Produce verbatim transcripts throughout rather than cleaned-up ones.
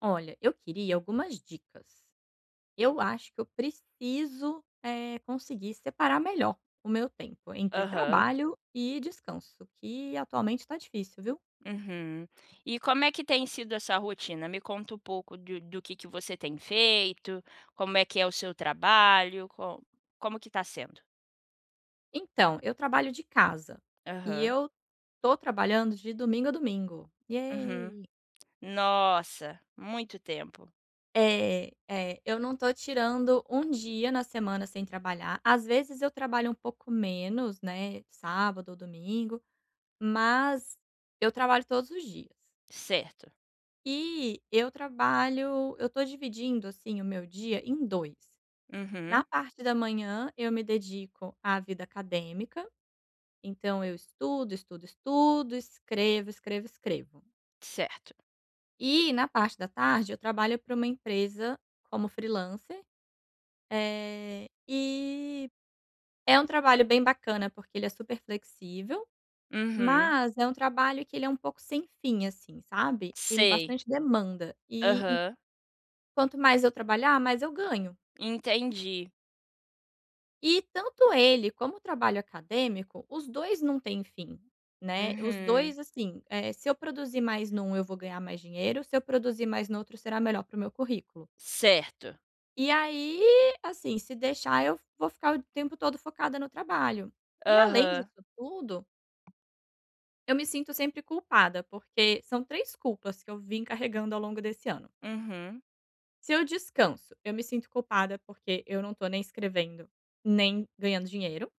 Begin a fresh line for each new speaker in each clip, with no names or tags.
Olha, eu queria algumas dicas. Eu acho que eu preciso, eh, conseguir separar melhor o meu tempo entre
Aham.
trabalho e descanso, que atualmente está difícil, viu.
Uhum. E como é que tem sido essa rotina? Me conta um pouco do do que que você tem feito, como é que é o seu trabalho, co como que tá sendo?
Então, eu trabalho de casa e
Aham.
eu tô trabalhando de domingo a domingo.
Uhum.
Yay!
Nossa, muito tempo.
É, é, eu não tô tirando um dia na semana sem trabalhar. Às vezes eu trabalho um pouco menos, né, sábado ou domingo, mas eu trabalho todos os dias.
Certo.
E eu trabalho eu tô dividindo, assim, o meu dia em dois Na
Uhum.
parte da manhã, eu me dedico à vida acadêmica, então eu estudo, estudo, estudo, escrevo, escrevo, escrevo.
Certo.
E na parte da tarde, eu trabalho para uma empresa como freelancer, eh, e é um trabalho bem bacana, porque ele é super flexível,
Uhum.
mas é um trabalho que ele é um pouco sem fim, assim, sabe. Tem
Sei.
bastante demanda e e
Aham.
quanto mais eu trabalhar, mais eu ganho.
Entendi.
E tanto ele como o trabalho acadêmico, os dois não têm fim, né. Os
Uhum.
dois assim, eh, se eu produzir mais num, eu vou ganhar mais dinheiro, se eu produzir mais no outro, será melhor para o meu currículo.
Certo.
E aí, assim, se deixar, eu vou ficar o tempo todo focada no trabalho. E além
Aham.
disso tudo, eu me sinto sempre culpada, porque são três culpas que eu vim carregando ao longo desse ano.
Uhum.
Se eu descanso, eu me sinto culpada, porque eu não estou nem escrevendo, nem ganhando dinheiro.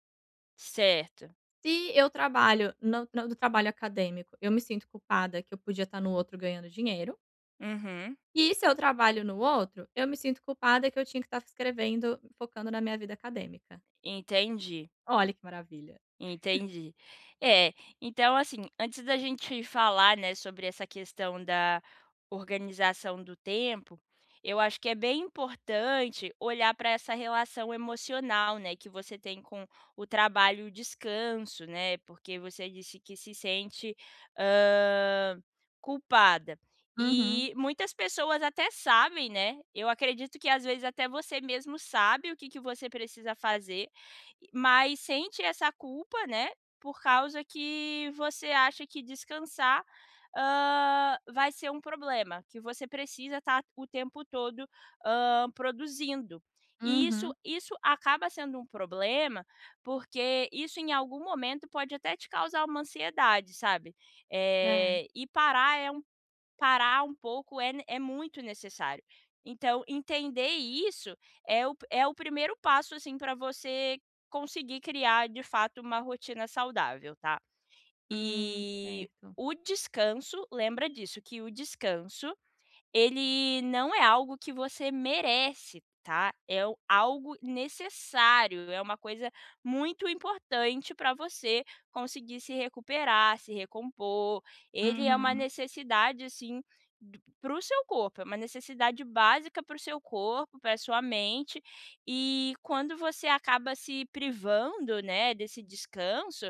Certo.
Se eu trabalho no no trabalho acadêmico, eu me sinto culpada que eu podia estar no outro ganhando dinheiro,
Uhum.
e se eu trabalho no outro, eu me sinto culpada que eu tinha que estar escrevendo, focando na minha vida acadêmica.
Entendi.
Olha que maravilha.
Entendi. É, então, assim, antes da gente falar, né, sobre essa questão da organização do tempo, eu acho que é bem importante olhar para essa relação emocional, né, que você tem com o trabalho e o descanso, né, porque você disse que se sente, hã, culpada.
Uhum,
E muitas pessoas até sabem, né, eu acredito que às vezes até você mesmo sabe o que que você precisa fazer, mas sente essa culpa, né, por causa que você acha que descansar, hã, vai ser um problema, que você precisa estar o tempo todo, hã, produzindo. E isso
uhum.
isso acaba sendo um problema, porque isso em algum momento pode até te causar uma ansiedade, sabe.
É.
Eh, e parar é parar um pouco é ne- é muito necessário. Então, entender isso é o é o primeiro passo, assim, para você conseguir criar, de fato, uma rotina saudável, tá.
Hum,
E
certo.
o descanso lembra disso, que o descanso ele não é algo que você merece, tá, é o algo necessário, é uma coisa muito importante para você conseguir se recuperar, se recompor. Ele é uma
Uhum,
necessidade, assim, para o seu corpo, é uma necessidade básica para o seu corpo, pra sua mente, e quando você acaba se privando, né, desse descanso,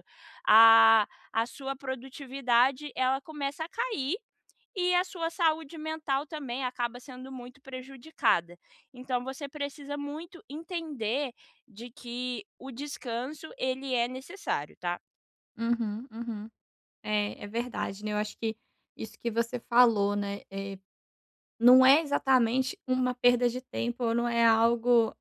a a sua produtividade, ela começa a cair e a sua saúde mental também acaba sendo muito prejudicada. Então você precisa muito entender de que o descanso ele é necessário, tá?
uhum, uhum. É, é verdade, né, eu acho que isso que você falou, né, eh, não é exatamente uma perda de tempo ou não é algo.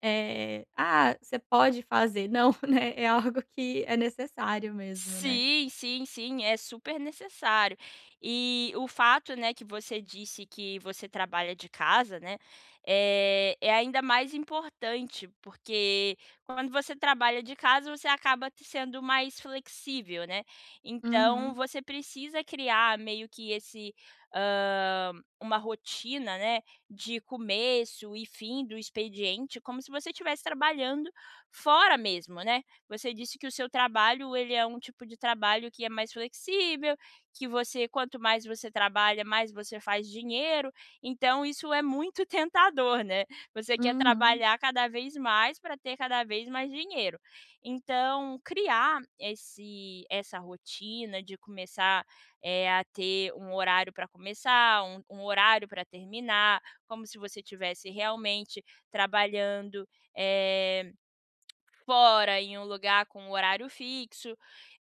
Eh, "Ah, você pode fazer", não, né, é algo que é necessário mesmo, né.
Sim, sim, sim, é super necessário. E o fato, né, que você disse que você trabalha de casa, né, eh, é ainda mais importante, porque quando você trabalha de casa, você acaba te sendo mais flexível, né. Então
Uhum,
você precisa criar meio que esse, hã, uma rotina, né, de começo e fim do expediente, como se você estivesse trabalhando fora mesmo, né. Você disse que o seu trabalho, ele é um tipo de trabalho que é mais flexível, que você quanto mais você trabalha, mais você faz dinheiro, então isso é muito tentador, né. Você quer
uhum,
trabalhar cada vez mais para ter cada vez mais dinheiro. Então, criar esse essa rotina de começar, eh, a ter um horário para começar, um um horário para terminar, como se você tivesse realmente trabalhando, eh, fora, em um lugar com horário fixo,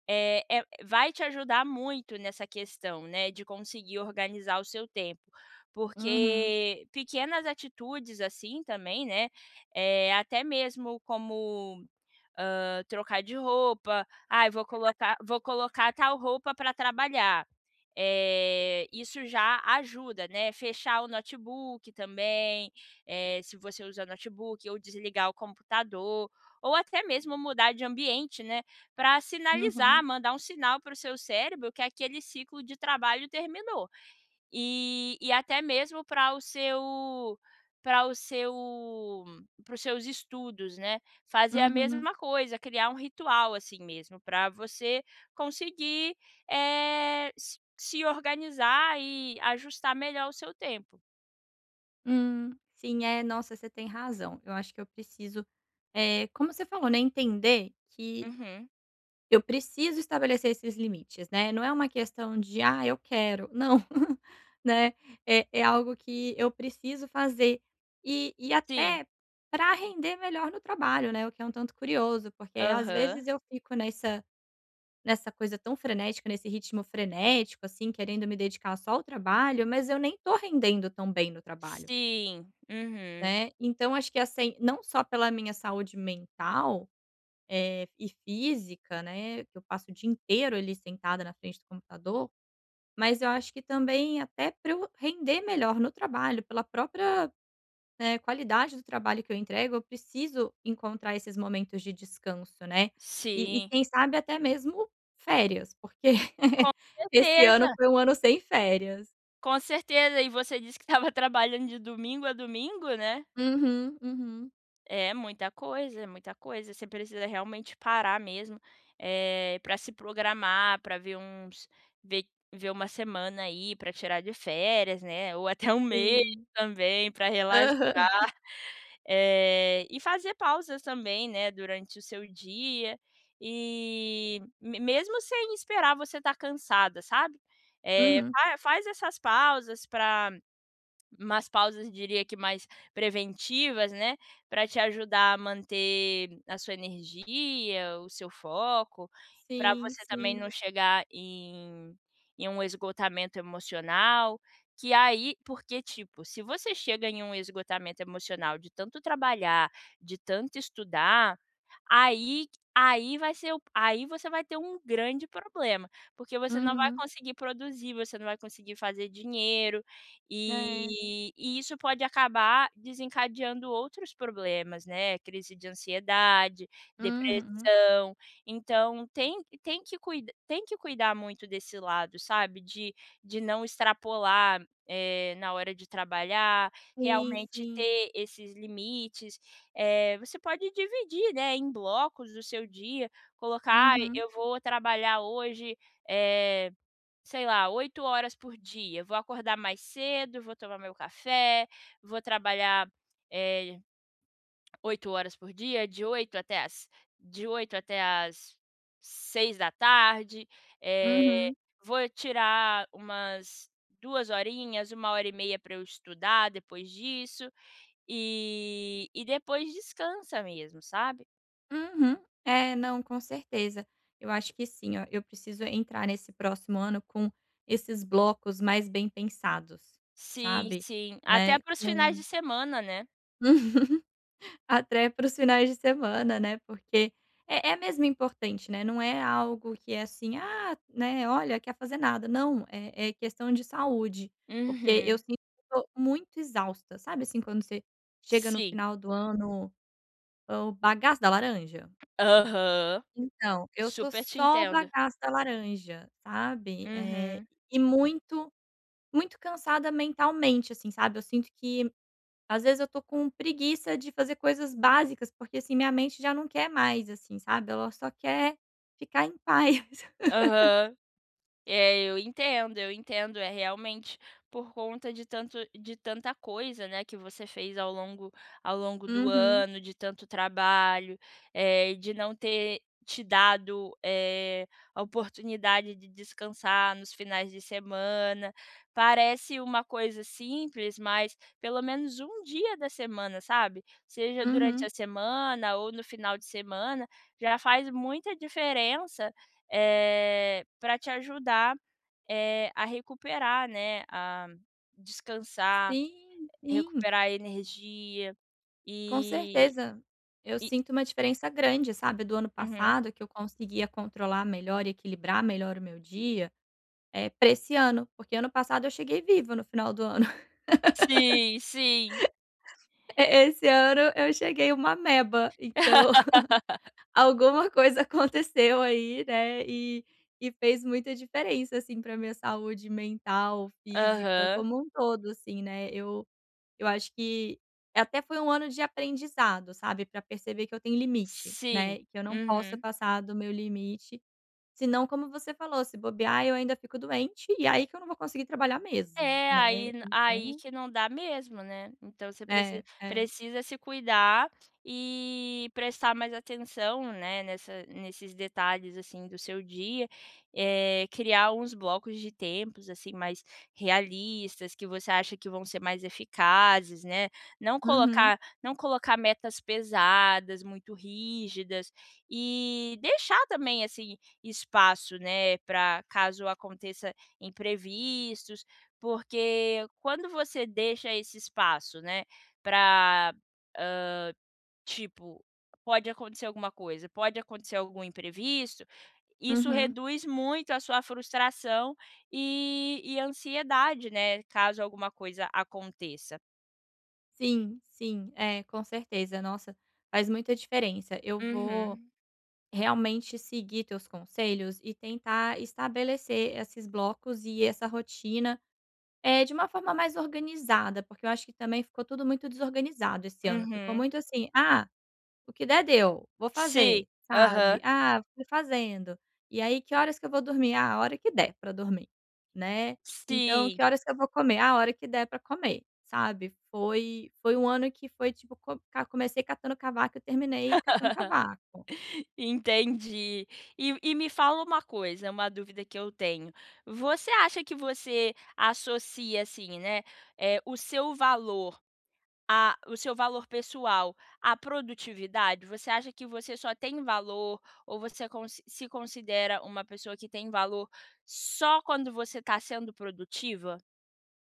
eh, é vai te ajudar muito nessa questão, né, de conseguir organizar o seu tempo.
uhum,
Porque pequenas atitudes assim também, né, eh, até mesmo como hã, trocar de roupa, "Ai, vou colocar vou colocar tal roupa para trabalhar". Eh, isso já ajuda, né. Fechar o notebook também, eh, se você usa notebook, ou desligar o computador, ou até mesmo mudar de ambiente, né, para sinalizar,
uhum,
mandar um sinal para o seu cérebro que aquele ciclo de trabalho terminou. E e até mesmo para o seu para o seu para os seus estudos, né. Fazer a
uhum.
mesma coisa, criar um ritual, assim mesmo, para você conseguir, eh, se se organizar e ajustar melhor o seu tempo.
Hum, sim, é, nossa, você tem razão. Eu acho que eu preciso, eh, como você falou, né, entender que
Uhum.
eu preciso estabelecer esses limites, né, não é uma questão de: "Ah, eu quero", não, né, é é algo que eu preciso fazer. E e
Sim.
até para render melhor no trabalho, né, o que é um tanto curioso, porque às
Aham.
vezes eu fico nessa nessa coisa tão frenética, nesse ritmo frenético, assim, querendo me dedicar só ao trabalho, mas eu nem tô rendendo tão bem no trabalho,
Sim. Uhum.
né. Então acho que assim, não só pela minha saúde mental eh, e física, né, que eu passo o dia inteiro ali sentada na frente do computador, mas eu acho que também até para eu render melhor no trabalho, pela própria, né, qualidade do trabalho que eu entrego, eu preciso encontrar esses momentos de descanso, né. E e
Sim.
quem sabe até mesmo férias, porque
Com
esse
certeza,
ano foi um ano sem férias.
com certeza. E você disse que estava trabalhando de domingo a domingo, né?
Uhum, uhum.
É muita coisa, é muita coisa. Você precisa realmente parar mesmo, para se programar, para ver uns ver ver uma semana aí para tirar de férias, né, ou até um mês
Sim.
também para relaxar.
Aham.
Eh, e fazer pausas também, né, durante o seu dia, e me mesmo sem esperar você estar cansada, sabe. Eh,
Uhum.
fa faz essas pausas para umas pausas, diria que mais preventivas, né, para te ajudar a manter a sua energia, o seu foco, para
Sim,
você também
sim.
não chegar em em um esgotamento emocional, que aí porque, tipo, se você chega em um esgotamento emocional de tanto trabalhar, de tanto estudar. Aí aí vai ser o aí você vai ter um grande problema, porque você não vai
Uhum.
conseguir produzir, você não vai conseguir fazer dinheiro,
É.
e e isso pode acabar desencadeando outros problemas, né, crise de ansiedade,
Uhum.
depressão. Então tem tem que cuida tem que cuidar muito desse lado, sabe, de de não extrapolar, eh, na hora de trabalhar,
Sim,
realmente
sim.
ter esses limites. Eh, você pode dividir, né, em blocos do seu dia, colocar: "Ah,
Uhum.
Eu vou trabalhar hoje, eh, sei lá, oito horas por dia, vou acordar mais cedo, vou tomar meu café, vou trabalhar, eh, oito horas por dia, de oito até às de oito até às dezoito horas, eh,
Uhum,
vou tirar umas duas horinhas, uma hora e meia para eu estudar depois disso". E e depois descansa mesmo, sabe.
uhum. É, não, com certeza. Eu acho que sim, ó, eu preciso entrar nesse próximo ano com esses blocos mais bem pensados,
Sim,
sabe,
sim. Até
né,
para os finais
com
de semana, né.
até para os finais de semana, né, porque é é mesmo importante, né, não é algo que é assim: "Ah, né, olha, quer fazer nada", não, é é questão de saúde, porque eu
Uhum.
sinto que eu tô muito exausta, sabe, assim, quando você chega no
Sim.
final do ano, é o bagaço da laranja?
Aham.
Então, eu tô
Super te
só o
entendo.
bagaço da laranja, sabe. Eh,
Uhum.
e muito muito cansada mentalmente, assim, sabe. Eu sinto que, às vezes, eu tô com preguiça de fazer coisas básicas, porque, assim, minha mente já não quer mais, assim, sabe. Ela só quer ficar em paz.
Aham. É, eu entendo, eu entendo. É realmente por conta de tanto de tanta coisa, né, que você fez ao longo ao longo do
Uhum,
ano, de tanto trabalho, eh, de não ter te dado, eh, a oportunidade de descansar nos finais de semana. Parece uma coisa simples, mas pelo menos um dia da semana, sabe, seja durante a
uhum.
semana ou no final de semana, já faz muita diferença, eh, para te ajudar, eh, a recuperar, né, a descansar,
Sim, sim,
recuperar a energia
com
e
certeza. Eu
e
sinto uma diferença grande, sabe, do ano
Uhum.
passado, que eu conseguia controlar melhor e equilibrar melhor o meu dia. É para esse ano, porque ano passado eu cheguei viva no final do ano.
Sim, sim.
E esse ano eu cheguei uma meba. Então alguma coisa aconteceu aí, né, e e fez muita diferença, assim, para minha saúde mental, física,
Aham.
como um todo, assim, né. Eu eu acho que até foi um ano de aprendizado, sabe, para perceber que eu tenho limite,
Sim.
né, que eu não posso
Uhum.
passar do meu limite, senão, como você falou, se bobear eu ainda fico doente, e aí que eu não vou conseguir trabalhar mesmo,
É, aí
né,
n aí
então.
que não dá mesmo, né. Então você precisa
É, é.
precisa se cuidar e prestar mais atenção, né, nessa nesses detalhes, assim, do seu dia, eh, criar uns blocos de tempos, assim, mais realistas, que você acha que vão ser mais eficazes, né. Não
Uhum,
colocar não colocar metas pesadas, muito rígidas, e deixar também, assim, espaço, né, para caso aconteça imprevistos, porque quando você deixa esse espaço, né, para, tipo, pode acontecer alguma coisa, pode acontecer algum imprevisto, isso
uhum.
reduz muito a sua frustração e e ansiedade, né, caso alguma coisa aconteça.
Sim, sim. É, com certeza. Nossa, faz muita diferença. Eu vou
Uhum,
realmente seguir teus conselhos e tentar estabelecer esses blocos e essa rotina, é de uma forma mais organizada, porque eu acho que também ficou tudo muito desorganizado esse ano. Ficou
uhum.
muito assim: "Ah, o que der deu, vou
Sim,
fazer",
aham,
sabe. Ah, fui fazendo. E aí que horas que eu vou dormir? Ah, a hora que der pra dormir, né. Então
sim.
que horas que eu vou comer? Ah, a hora que der pra comer, sabe. Foi foi um ano que foi tipo co ca comecei catando cavaco e terminei catando cavaco.
Entendi. E e me fala uma coisa, uma dúvida que eu tenho. Você acha que você associa, assim, né, eh, o seu valor a o seu valor pessoal à produtividade? Você acha que você só tem valor ou você consi se considera uma pessoa que tem valor só quando você está sendo produtiva?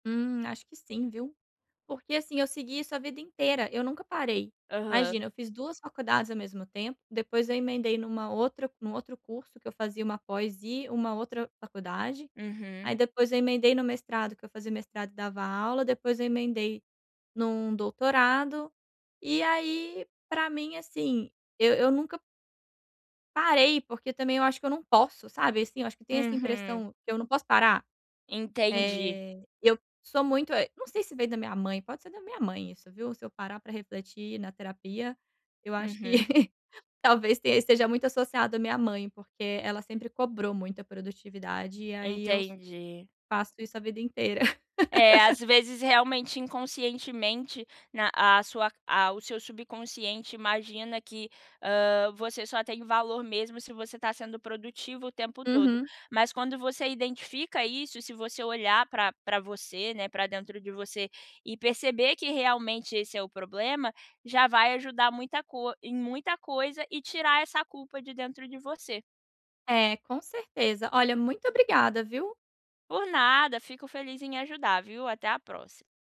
Hum, acho que sim, viu. Porque assim, eu segui isso a vida inteira, eu nunca parei.
Aham.
Imagina, eu fiz duas faculdades ao mesmo tempo, depois eu emendei numa outra num outro curso que eu fazia uma pós e uma outra faculdade.
Uhum.
Aí depois eu emendei no mestrado, que eu fazia mestrado e dava aula, depois eu emendei num doutorado. E aí, pra mim, assim, eu eu nunca parei, porque também eu acho que eu não posso, sabe, assim, eu acho que tem essa
Uhum.
impressão que eu não posso parar.
Entendi.
Eh, eu sou muito eh, não sei se veio da minha mãe, pode ser da minha mãe isso, viu. Se eu parar pra refletir na terapia, eu acho que
Uhum.
talvez tenha esteja muito associado à minha mãe, porque ela sempre cobrou muita produtividade, e aí eu
Entendi.
faço isso a vida inteira.
É, às vezes realmente inconscientemente na a sua a o seu subconsciente imagina que, hã, você só tem valor mesmo se você está sendo produtivo o tempo todo. Mas quando você identifica isso, se você olhar para pra você, né, para dentro de você e perceber que realmente esse é o problema, já vai ajudar muita co em muita coisa e tirar essa culpa de dentro de você.
É, com certeza. Olha, muito obrigada, viu?
Por nada, fico feliz em ajudar, viu? Até a próxima.